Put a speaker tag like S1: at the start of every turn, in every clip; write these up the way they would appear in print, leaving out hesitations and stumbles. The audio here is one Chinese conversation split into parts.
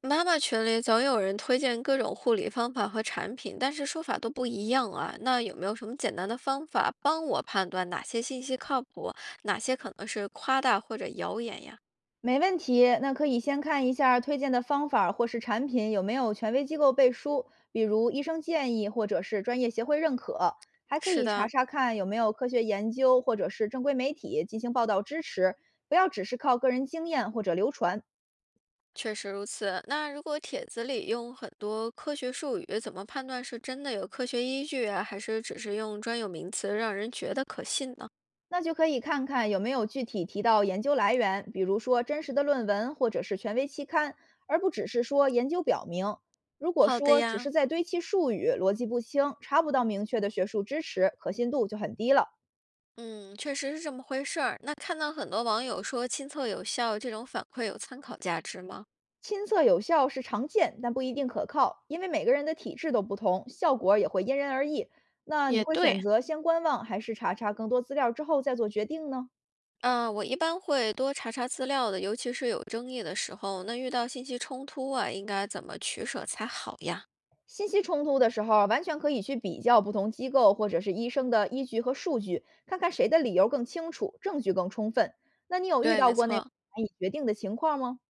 S1: 妈妈群里总有人推荐各种护理方法和产品，但是说法都不一样啊。那有没有什么简单的方法帮我判断哪些信息靠谱，哪些可能是夸大或者谣言呀？
S2: 没问题，那可以先看一下推荐的方法或是产品有没有权威机构背书，比如医生建议或者是专业协会认可，还可
S1: 是
S2: 以查
S1: 的，
S2: 查看有没有科学研究或者是正规媒体进行报道支持，不要只是靠个人经验或者流传。
S1: 确实如此。那如果帖子里用很多科学术语，怎么判断是真的有科学依据啊，还是只是用专有名词让人觉得可信呢？
S2: 那就可以看看有没有具体提到研究来源，比如说真实的论文或者是权威期刊，而不只是说研究表明。如果
S1: 好的
S2: 说只
S1: 呀。
S2: 是在堆砌术语，逻辑不清，查不到明确的学术支持，可信度就很低了。
S1: 嗯，确实是这么回事儿。那看到很多网友说亲测有效，这种反馈有参考价值吗？
S2: 亲测有效是常见，但不一定可靠，因为每个人的体质都不同，效果也会因人而异。那你
S1: 也
S2: 会选
S1: 对，
S2: 择先观望，还是查查更多资料之后再做决定呢？
S1: 我一般会多查查资料的，尤其是有争议的时候，那遇到信息冲突啊，应该怎么取舍才好呀？
S2: 信息冲突的时候，完全可以去比较不同机构或者是医生的依据和数据，看看谁的理由更清楚，证据更充分。那你有遇
S1: 对，
S2: 到
S1: 没
S2: 过那种
S1: 错，
S2: 难以决定的情况吗？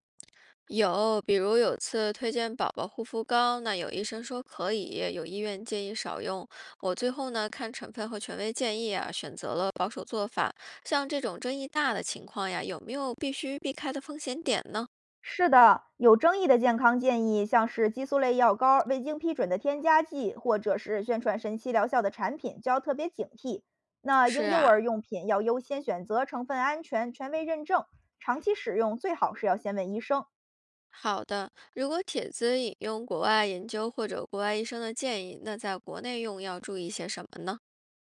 S1: 有，比如有次推荐宝宝护肤膏，那有医生说可以，有医院建议少用，我最后呢看成分和权威建议啊，选择了保守做法。像这种争议大的情况呀，有没有必须避开的风险点呢？
S2: 是的，有争议的健康建议，像是激素类药膏、未经批准的添加剂，或者是宣传神奇疗效的产品，就要特别警惕。那
S1: 是
S2: 婴幼
S1: 啊。
S2: 儿用品要优先选择成分安全、权威认证，长期使用最好是要先问医生。
S1: 好的，如果帖子引用国外研究或者国外医生的建议，那在国内用要注意些什么呢？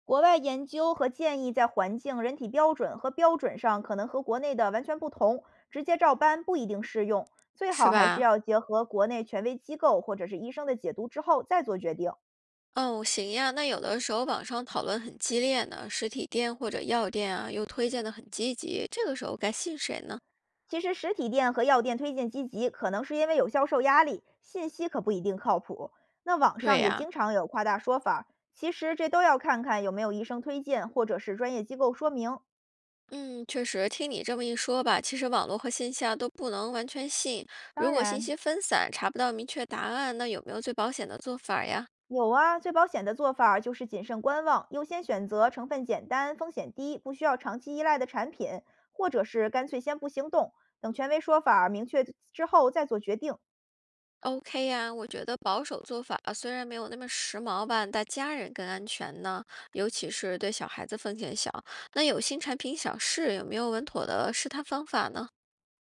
S2: 国外研究和建议在环境、人体标准和标准上可能和国内的完全不同，直接照搬不一定适用，最
S1: 是
S2: 好还是
S1: 吧？
S2: 要结合国内权威机构或者是医生的解读之后再做决定。
S1: 哦，行呀。那有的时候网上讨论很激烈呢，实体店或者药店啊又推荐的很积极，这个时候该信谁呢？
S2: 其实实体店和药店推荐积极，可能是因为有销售压力，信息可不一定靠谱。那网
S1: 对
S2: 上也
S1: 呀、
S2: 经常有夸大说法儿，其实这都要看看有没有医生推荐或者是专业机构说明。
S1: 嗯，确实，听你这么一说吧，其实网络和线下都不能完全信。
S2: 当
S1: 如果信
S2: 然，
S1: 息分散，查不到明确答案，那有没有最保险的做法儿呀？
S2: 有啊，最保险的做法儿就是谨慎观望，优先选择成分简单、风险低、不需要长期依赖的产品，或者是干脆先不行动，等权威说法儿明确之后再做决定。
S1: OK 呀，我觉得保守做法虽然没有那么时髦吧，但家人更安全呢，尤其是对小孩子风险小。那有新产品想试，有没有稳妥的试探方法呢？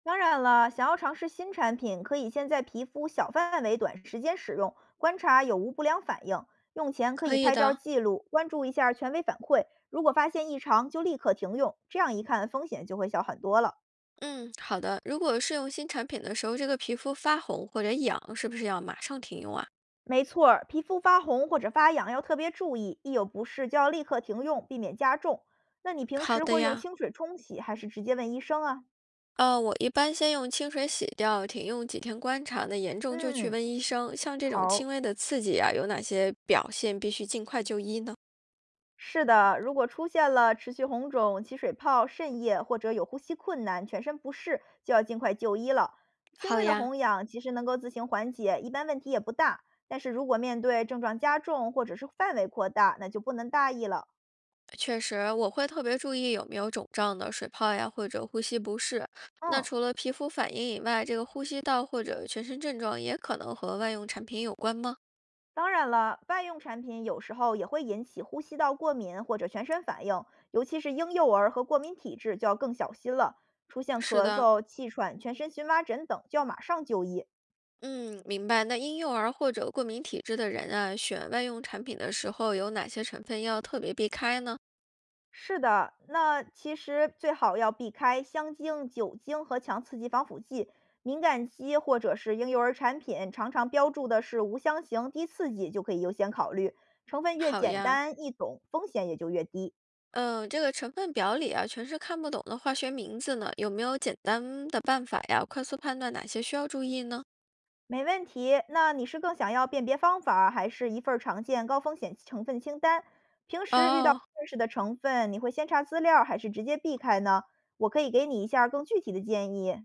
S2: 当然了，想要尝试新产品，可以先在皮肤小范围、短时间使用，观察有无不良反应。用前可
S1: 可
S2: 以
S1: 以
S2: 拍照
S1: 的，
S2: 记录，关注一下权威反馈。如果发现异常，就立刻停用，这样一看风险就会小很多了。
S1: 嗯，好的。如果试用新产品的时候，这个皮肤发红或者痒，是不是要马上停用啊？
S2: 没错儿，皮肤发红或者发痒要特别注意，一有不适就要立刻停用，避免加重。那你平
S1: 好
S2: 时
S1: 的
S2: 会用
S1: 呀。
S2: 清水冲洗，还是直接问医生啊？
S1: 我一般先用清水洗掉，停用几天观察，那严重就去
S2: 嗯，
S1: 问医生。像这种轻
S2: 好。
S1: 微的刺激啊，有哪些表现必须尽快就医呢？
S2: 是的，如果出现了持续红肿、起水泡、渗液或者有呼吸困难、全身不适，就要尽快就医了。轻
S1: 好
S2: 微的
S1: 呀，
S2: 红痒其实能够自行缓解，一般问题也不大。但是如果面对症状加重或者是范围扩大，那就不能大意了。
S1: 确实，我会特别注意有没有肿胀的水泡呀，或者呼吸不适。那
S2: 嗯，
S1: 除了皮肤反应以外，这个呼吸道或者全身症状也可能和外用产品有关吗？
S2: 当然了，外用产品有时候也会引起呼吸道过敏或者全身反应，尤其是婴幼儿和过敏体质就要更小心了。出现
S1: 是
S2: 咳
S1: 的，
S2: 嗽、气喘、全身荨麻疹等，就要马上就医。
S1: 嗯，明白。那婴幼儿或者过敏体质的人啊，选外用产品的时候有哪些成分要特别避开呢？
S2: 是的，那其实最好要避开香精、酒精和强刺激防腐剂。敏感肌或者是婴幼儿产品，常常标注的是无香型、低刺激，就可以优先考虑。成分越
S1: 好
S2: 简
S1: 呀。
S2: 单易懂，风险也就越低。
S1: 嗯，这个成分表里啊，全是看不懂的化学名字呢，有没有简单的办法呀，快速判断哪些需要注意呢？
S2: 没问题。那你是更想要辨别方法还是一份儿常见高风险成分清单？平时遇到不
S1: 哦，
S2: 认识的成分，你会先查资料，还是直接避开呢？我可以给你一下儿更具体的建议。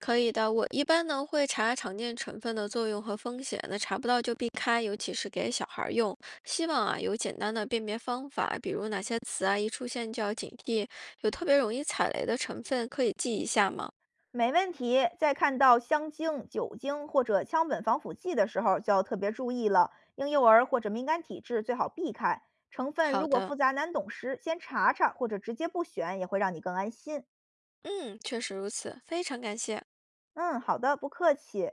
S1: 可以的，我一般呢会查常见成分的作用和风险，那查不到就避开，尤其是给小孩儿用。希望啊有简单的辨别方法，比如哪些词啊一出现就要警惕，有特别容易踩雷的成分可以记一下吗？
S2: 没问题，在看到香精、酒精或者羟苯防腐剂的时候，就要特别注意了。婴幼儿或者敏感体质最好避开。成分
S1: 好
S2: 如果复
S1: 的，
S2: 杂难懂时，先查查或者直接不选，也会让你更安心。
S1: 嗯，确实如此，非常感谢。
S2: 嗯，好的，不客气。